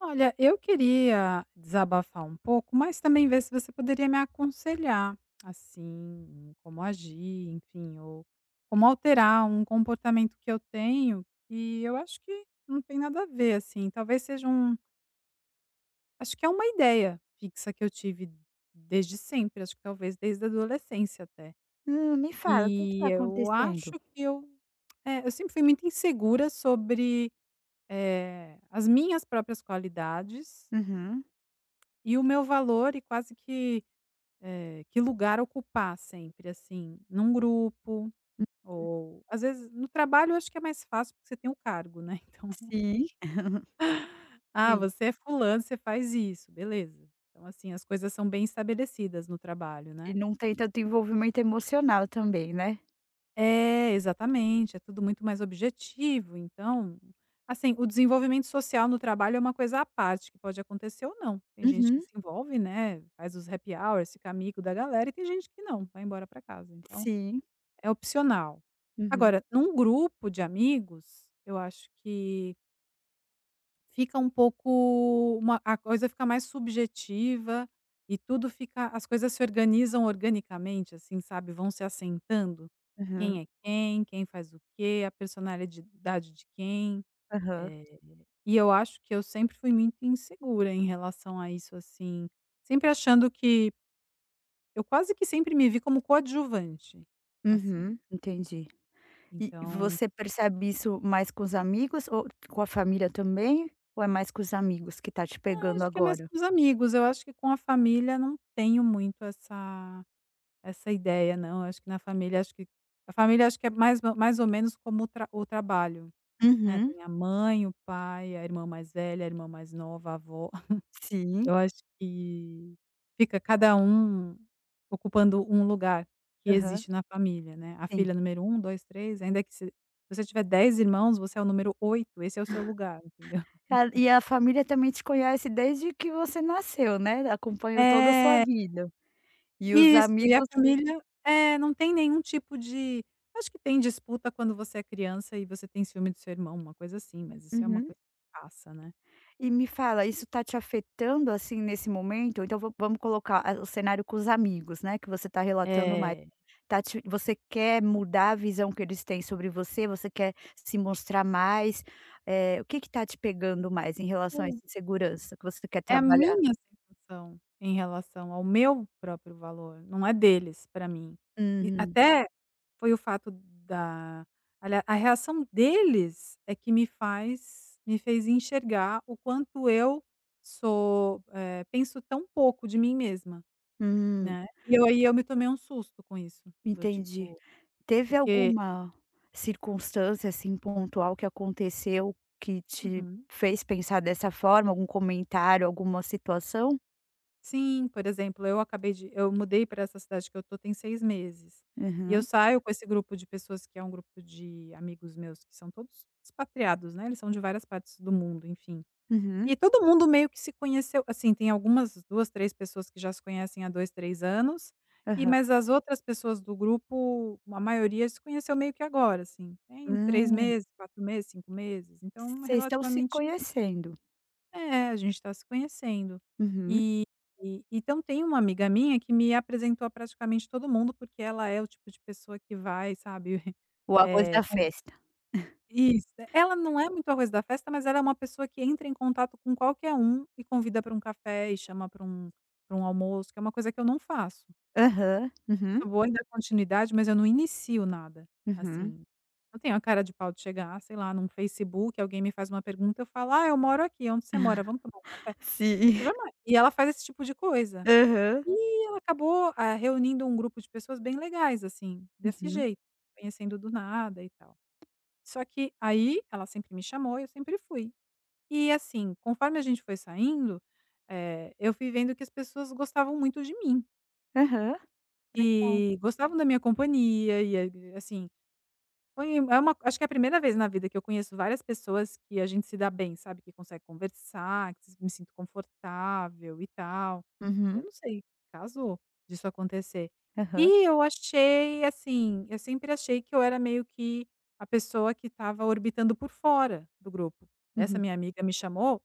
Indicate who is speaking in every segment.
Speaker 1: Olha, eu queria desabafar um pouco, mas também ver se você poderia me aconselhar, assim, em como agir, enfim, ou como alterar um comportamento que eu tenho, que eu acho que não tem nada a ver, assim. Talvez seja um. Acho que é uma ideia fixa que eu tive desde sempre, acho que talvez desde a adolescência até.
Speaker 2: Me fala, o que que
Speaker 1: E
Speaker 2: tá
Speaker 1: eu
Speaker 2: acontecendo?
Speaker 1: acho que eu. Eu sempre fui muito insegura sobre as minhas próprias qualidades.
Speaker 2: Uhum.
Speaker 1: E o meu valor e quase que, que lugar ocupar sempre, assim, num grupo,
Speaker 2: Hum.
Speaker 1: ou às vezes no trabalho eu acho que é mais fácil porque você tem o cargo, né, então:
Speaker 2: Sim,
Speaker 1: "Ah,
Speaker 2: sim.
Speaker 1: você é fulano, você faz isso", beleza. Então, assim, as coisas são bem estabelecidas no trabalho, né.
Speaker 2: E não tem tanto envolvimento emocional também, né?
Speaker 1: É, exatamente, é tudo muito mais objetivo, então, assim, o desenvolvimento social no trabalho é uma coisa à parte que pode acontecer ou não. Tem gente que
Speaker 2: Uhum,
Speaker 1: se envolve, né, faz os happy hours, fica amigo da galera e tem gente que não, vai embora para casa, então
Speaker 2: sim.
Speaker 1: é opcional.
Speaker 2: Uhum.
Speaker 1: Agora, num grupo de amigos, eu acho que fica um pouco uma a coisa fica mais subjetiva, e tudo fica as coisas se organizam organicamente, assim, sabe, vão se assentando.
Speaker 2: Aham,
Speaker 1: Quem é quem, quem faz o quê, a personalidade de quem.
Speaker 2: aham.
Speaker 1: Eh, e eu acho que eu sempre fui muito insegura em relação a isso, assim, sempre achando que eu quase que sempre me vi como coadjuvante, assim,
Speaker 2: Uhum. Entendi. E
Speaker 1: então
Speaker 2: você percebe isso mais com os amigos ou com a família também? Ou é mais com os amigos que tá te
Speaker 1: Eu
Speaker 2: pegando
Speaker 1: Acho que é mais
Speaker 2: agora?
Speaker 1: com os amigos, eu acho que com a família não tenho muito essa essa ideia não, Eu acho que na família, acho que a família, acho que é mais ou menos como o trabalho, né,
Speaker 2: Uhum,
Speaker 1: tem a mãe, o pai, a irmã mais velha, a irmã mais nova, a avó,
Speaker 2: sim.
Speaker 1: eu acho que fica cada um ocupando um lugar que
Speaker 2: Aham,
Speaker 1: existe na família, né, a
Speaker 2: sim.
Speaker 1: filha número 1, 2, 3. Ainda que se você tiver 10 irmãos, você é o número 8. Esse é o seu lugar, entendeu.
Speaker 2: Ah, e a família também te conhece desde que você nasceu, né? Acompanhou toda a sua
Speaker 1: É.
Speaker 2: vida. E os
Speaker 1: Isso, e a
Speaker 2: amigos.
Speaker 1: família não tem nenhum tipo de, acho que tem disputa quando você é criança e você tem ciúme do seu irmão, uma coisa assim, mas isso é uma
Speaker 2: Uhum.
Speaker 1: coisa que passa, né.
Speaker 2: E me fala, isso tá te afetando, assim, nesse momento? Então va vamos colocar a o cenário com os amigos, né, que você tá relatando mais.
Speaker 1: é
Speaker 2: Tá te Você quer mudar a visão que eles têm sobre você? Você quer se mostrar mais? O que que tá te pegando mais em relação a essa insegurança que você quer
Speaker 1: é a
Speaker 2: trabalhar?
Speaker 1: minha sensação em relação ao meu próprio valor, não é deles para mim. E
Speaker 2: Uhum.
Speaker 1: até foi o fato da aliás, a reação deles é que me fez enxergar o quanto eu penso tão pouco de mim mesma.
Speaker 2: Hum,
Speaker 1: Né, e eu aí eu me tomei um susto com isso, do
Speaker 2: entendi.
Speaker 1: tipo
Speaker 2: Teve
Speaker 1: porque
Speaker 2: alguma circunstância, assim, pontual que aconteceu que te
Speaker 1: uhum.
Speaker 2: fez pensar dessa forma? Algum comentário, alguma situação?
Speaker 1: Sim, por exemplo, eu acabei de eu mudei para essa cidade que eu tô tem 6 meses, e eu
Speaker 2: Uhum.
Speaker 1: saio com esse grupo de pessoas que é um grupo de amigos meus que são todos expatriados, né, eles são de várias partes do mundo, enfim. E
Speaker 2: Uhum.
Speaker 1: todo mundo meio que se conheceu assim, tem algumas 2 3 pessoas que já se conhecem há 2 3 anos, e
Speaker 2: Aham.
Speaker 1: mas as outras pessoas do grupo, a maioria se conheceu meio que agora, assim, tem 3
Speaker 2: Hum.
Speaker 1: meses, 4 meses, 5 meses, então
Speaker 2: Vocês estão se
Speaker 1: relativamente
Speaker 2: conhecendo.
Speaker 1: é, a gente está se conhecendo.
Speaker 2: Uhum.
Speaker 1: E e então tem uma amiga minha que me apresentou a praticamente todo mundo, porque ela é o tipo de pessoa que vai, sabe,
Speaker 2: O arroz
Speaker 1: eh
Speaker 2: da festa.
Speaker 1: isso. Ela não é muito arroz da festa, mas ela é uma pessoa que entra em contato com qualquer um e convida para um café e chama para um almoço, que é uma coisa que eu não faço.
Speaker 2: Aham. Uhum.
Speaker 1: Eu vou em dar continuidade, mas eu não inicio nada,
Speaker 2: Uhum.
Speaker 1: assim. Não tenho a cara de pau de chegar, sei lá, num Facebook, alguém me faz uma pergunta, eu falo: "Ah, eu moro aqui, onde você mora? Vamos tomar um café?"
Speaker 2: Sim.
Speaker 1: Jamais. E ela faz esse tipo de coisa.
Speaker 2: Aham.
Speaker 1: E ela acabou, reunindo um grupo de pessoas bem legais, assim, desse
Speaker 2: Uhum.
Speaker 1: jeito, conhecendo do nada e tal. Só que aí ela sempre me chamou e eu sempre fui. E assim, conforme a gente foi saindo, eu fui vendo que as pessoas gostavam muito de mim,
Speaker 2: Aham. Tá.
Speaker 1: e gostavam da minha companhia, e a assim foi um, é uma acho que é a primeira vez na vida que eu conheço várias pessoas que a gente se dá bem, sabe, que consegue conversar, que me sinto confortável e tal. Eu
Speaker 2: Uhum.
Speaker 1: não sei, caso disso acontecer.
Speaker 2: Aham.
Speaker 1: E eu achei, assim, eu sempre achei que eu era meio que a pessoa que estava orbitando por fora do grupo. Essa
Speaker 2: Uhum.
Speaker 1: minha amiga me chamou,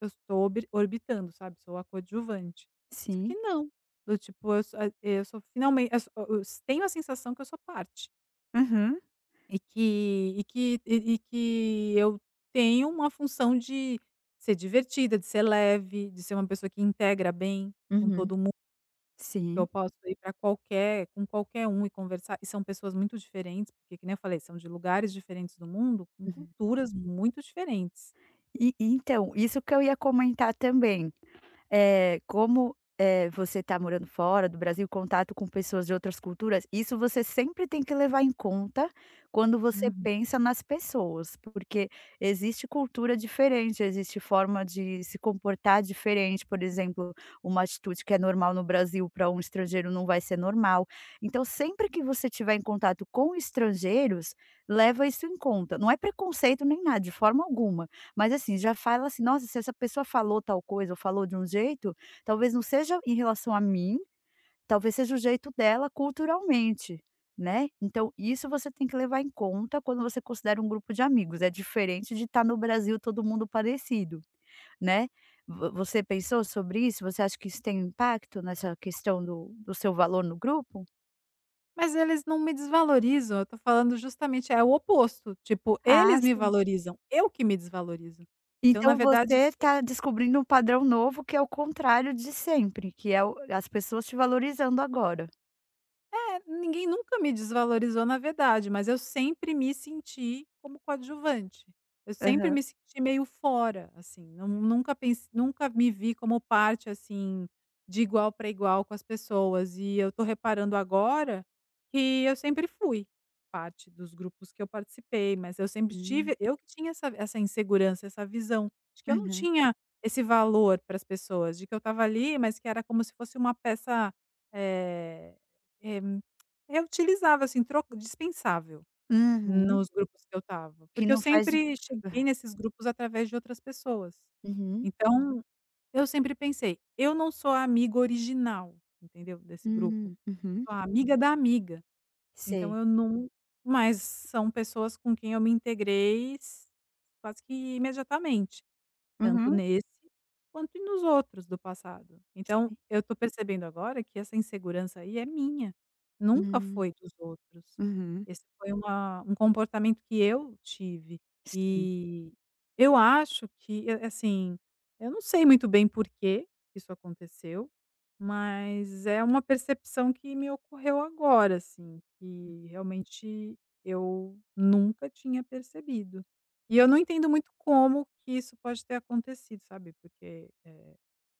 Speaker 1: eu estou orbitando, sabe, sou a coadjuvante. Só que
Speaker 2: Sim.
Speaker 1: não, do tipo, eu sou a eu sou finalmen eu sou eu tenho a sensação que eu sou parte.
Speaker 2: Uhum.
Speaker 1: E que eu tenho uma função de ser divertida, de ser leve, de ser uma pessoa que integra bem com
Speaker 2: Uhum.
Speaker 1: todo mundo, que eu
Speaker 2: Sim.
Speaker 1: posso ir para qualquer com qualquer um e conversar. E são pessoas muito diferentes, porque que nem eu falei, são de lugares diferentes do mundo, com
Speaker 2: Uhum.
Speaker 1: culturas muito diferentes.
Speaker 2: E então, isso que eu ia comentar também. Como, você está morando fora do Brasil, contato com pessoas de outras culturas, isso você sempre tem que levar em conta quando você
Speaker 1: Uhum.
Speaker 2: pensa nas pessoas, porque existe cultura diferente, existe forma de se comportar diferente. Por exemplo, uma atitude que é normal no Brasil para um estrangeiro não vai ser normal. Então, sempre que você tiver em contato com estrangeiros, leva isso em conta. Não é preconceito nem nada, de forma alguma, mas assim, já fala assim: "Nossa, se essa pessoa falou tal coisa ou falou de um jeito, talvez não seja em relação a mim, talvez seja o jeito dela culturalmente", né. Então isso você tem que levar em conta quando você considera um grupo de amigos. É diferente de estar no Brasil, todo mundo parecido, né. Vo Você pensou sobre isso? Você acha que isso tem impacto nessa questão do seu valor no grupo?
Speaker 1: Mas eles não me desvalorizam, eu tô falando justamente é o oposto, tipo,
Speaker 2: Ah,
Speaker 1: eles me
Speaker 2: sim.
Speaker 1: valorizam, eu que me desvalorizo. Então, na
Speaker 2: Então
Speaker 1: verdade,
Speaker 2: você está descobrindo um padrão novo, que é o contrário de sempre, que é o as pessoas te valorizando agora.
Speaker 1: é, ninguém nunca me desvalorizou, na verdade, mas eu sempre me senti como coadjuvante. Eu sempre
Speaker 2: Aham.
Speaker 1: me senti meio fora, assim, nunca me vi como parte, assim, de igual para igual com as pessoas. E eu tô reparando agora que eu sempre fui parte dos grupos que eu participei, mas eu sempre
Speaker 2: Hum.
Speaker 1: tive eu que tinha essa insegurança, essa visão de que eu não
Speaker 2: Uhum.
Speaker 1: tinha esse valor para as pessoas, de que eu estava ali, mas que era como se fosse uma peça, eh eh reutilizável, assim, troca dispensável
Speaker 2: Uhum.
Speaker 1: nos grupos que eu estava,
Speaker 2: Que
Speaker 1: porque eu
Speaker 2: não faz dif.
Speaker 1: sempre cheguei nesses grupos através de outras pessoas.
Speaker 2: Uhum.
Speaker 1: Então, eu sempre pensei: "Eu não sou a amiga original", entendeu, desse grupo,
Speaker 2: Hum. Uhum.
Speaker 1: sou a amiga da amiga, então
Speaker 2: Sei.
Speaker 1: eu não mas são pessoas com quem eu me integrei s quase que imediatamente. Tanto
Speaker 2: Uhum.
Speaker 1: nesse, quanto nos outros do passado. Então,
Speaker 2: Sim.
Speaker 1: eu tô percebendo agora que essa insegurança aí é minha, nunca
Speaker 2: Hum.
Speaker 1: foi dos outros.
Speaker 2: Uhum.
Speaker 1: Esse foi uma um comportamento que eu tive,
Speaker 2: Sim.
Speaker 1: e eu acho que, a assim, eu não sei muito bem por que isso aconteceu, mas é uma percepção que me ocorreu agora, assim, que realmente eu nunca tinha percebido. E eu não entendo muito como que isso pode ter acontecido, sabe, porque,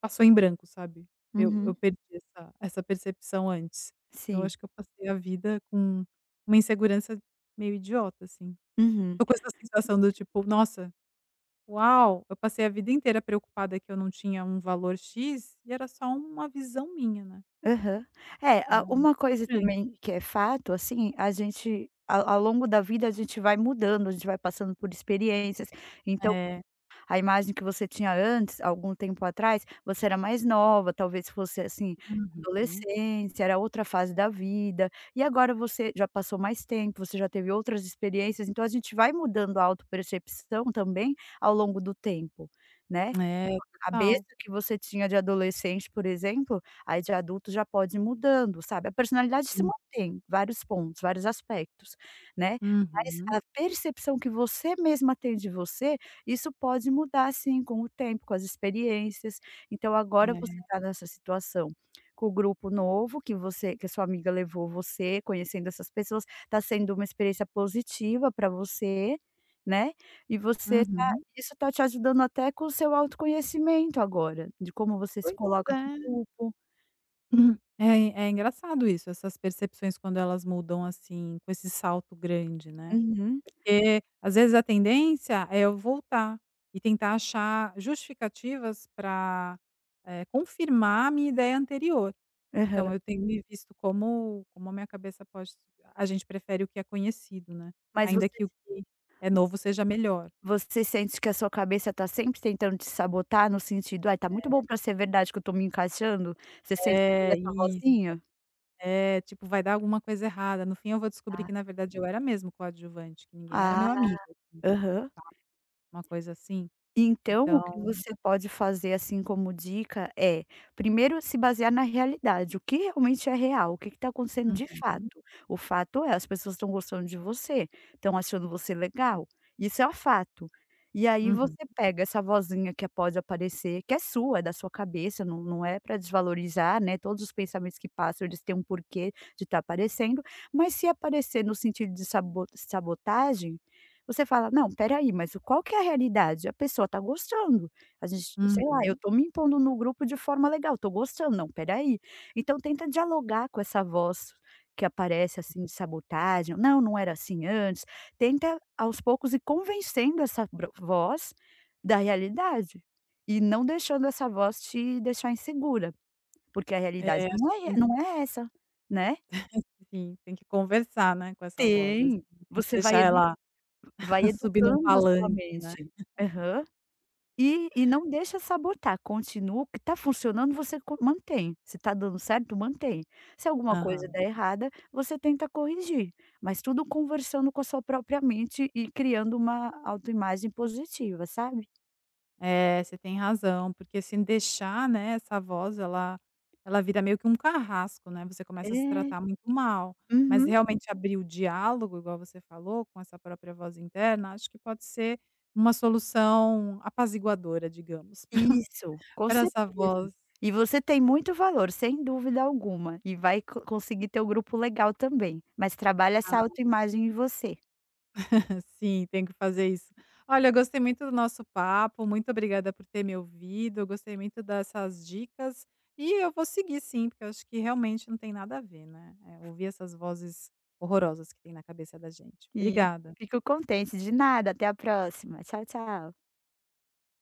Speaker 1: passou em branco, sabe. Eu
Speaker 2: Uhum.
Speaker 1: perdi essa percepção antes. Então eu
Speaker 2: Sim.
Speaker 1: acho que eu passei a vida com uma insegurança meio idiota, assim.
Speaker 2: Uhum.
Speaker 1: Tô com essa sensação do tipo: "Nossa, uau, eu passei a vida inteira preocupada que eu não tinha um valor X e era só uma visão minha, né".
Speaker 2: Aham. É,
Speaker 1: Tipo,
Speaker 2: a
Speaker 1: não,
Speaker 2: uma coisa
Speaker 1: estranho.
Speaker 2: também que é fato, assim, a gente ao longo da vida a gente vai mudando, a gente vai passando por experiências, então
Speaker 1: É.
Speaker 2: a imagem que você tinha antes, algum tempo atrás, você era mais nova, talvez fosse, assim,
Speaker 1: Uhum.
Speaker 2: adolescência, era outra fase da vida, e agora você já passou mais tempo, você já teve outras experiências, então a gente vai mudando a autopercepção também ao longo do tempo, né.
Speaker 1: É,
Speaker 2: Cabeça
Speaker 1: total.
Speaker 2: que você tinha de adolescente, por exemplo, aí de adulto já pode ir mudando, sabe. A personalidade se
Speaker 1: Hum.
Speaker 2: mantém, vários pontos, vários aspectos, né, mas
Speaker 1: Uhum.
Speaker 2: a percepção que você mesma tem de você, isso pode mudar sim com o tempo, com as experiências. Então agora você
Speaker 1: É.
Speaker 2: está nessa situação com o grupo novo, que você que a sua amiga levou você, conhecendo essas pessoas, está sendo uma experiência positiva para você, né, e você,
Speaker 1: Uhum.
Speaker 2: isso tá te ajudando até com o seu autoconhecimento agora, de como você se
Speaker 1: Pois
Speaker 2: coloca com
Speaker 1: é.
Speaker 2: o grupo.
Speaker 1: Uhum. É engraçado isso, essas percepções quando elas mudam, assim, com esse salto grande, né.
Speaker 2: Uhum,
Speaker 1: Porque, às vezes, a tendência é eu voltar e tentar achar justificativas para confirmar a minha ideia anterior. Então
Speaker 2: aham.
Speaker 1: eu tenho me visto como a minha cabeça pode a gente prefere o que é conhecido, né,
Speaker 2: Mas
Speaker 1: ainda que o que é novo seja melhor.
Speaker 2: você sente que a sua cabeça tá sempre tentando te sabotar no sentido: "Ai, tá muito bom pra ser verdade que eu tô me encaixando"? Você sente que tem
Speaker 1: É,
Speaker 2: essa
Speaker 1: isso.
Speaker 2: vozinha?
Speaker 1: É, tipo, vai dar alguma coisa errada. No fim eu vou descobrir
Speaker 2: Ah,
Speaker 1: que na verdade eu era mesmo coadjuvante, que ninguém era
Speaker 2: ah,
Speaker 1: meu amigo,
Speaker 2: aham.
Speaker 1: uma coisa assim.
Speaker 2: Então, o que
Speaker 1: Então
Speaker 2: você pode fazer, assim, como dica é, primeiro se basear na realidade, o que realmente é real, o que está acontecendo de
Speaker 1: uhum,
Speaker 2: fato. O fato é, as pessoas estão gostando de você, estão achando você legal, isso é um fato. E aí
Speaker 1: uhum,
Speaker 2: você pega essa vozinha que pode aparecer, que é sua, é da sua cabeça, não é para desvalorizar, né, todos os pensamentos que passam, eles têm um porquê de estar aparecendo, mas se aparecer no sentido de sabotagem, você fala: "Não, espera aí, mas o qual que é a realidade? A pessoa está gostando, a gente sei lá, eu
Speaker 1: uhum.
Speaker 2: estou me impondo no grupo de forma legal, estou gostando, não, espera aí". Então tenta dialogar com essa voz que aparece, assim, de sabotagem, "Não, não era assim antes", tenta aos poucos ir convencendo essa bro voz da realidade, e não deixando essa voz te deixar insegura, porque a realidade
Speaker 1: É, acho que tem que
Speaker 2: não é essa, né.
Speaker 1: sim, tem que conversar, né, com essa voz, assim,
Speaker 2: Tem,
Speaker 1: tem que
Speaker 2: você
Speaker 1: deixar ela
Speaker 2: vai
Speaker 1: subir num
Speaker 2: educando a sua
Speaker 1: palanque, né.
Speaker 2: mente. Aham. E não deixa sabotar, continua o que está funcionando, você co mantém, se está dando certo mantém, se alguma coisa
Speaker 1: Aham.
Speaker 2: der errada, você tenta corrigir, mas tudo conversando com a sua própria mente e criando uma autoimagem positiva, sabe.
Speaker 1: É, você tem razão, porque se deixar, né, essa voz, ela vira meio que um carrasco, né, você começa a se
Speaker 2: É,
Speaker 1: tratar muito mal. Mas
Speaker 2: uhum,
Speaker 1: realmente abrir o diálogo, igual você falou, com essa própria voz interna, acho que pode ser uma solução apaziguadora, digamos,
Speaker 2: isso, com
Speaker 1: para essa
Speaker 2: certeza.
Speaker 1: voz.
Speaker 2: E você tem muito valor, sem dúvida alguma, e vai co conseguir ter um grupo legal também, mas trabalha essa autoimagem em você.
Speaker 1: Sim, tenho que fazer isso. Olha, eu gostei muito do nosso papo, muito obrigada por ter me ouvido, eu gostei muito dessas dicas e eu vou seguir sim, porque eu acho que realmente não tem nada a ver, né? É, ouvir essas vozes horrorosas que tem na cabeça da gente.
Speaker 2: E
Speaker 1: Obrigada.
Speaker 2: fico contente, de nada, até a próxima. Tchau, tchau.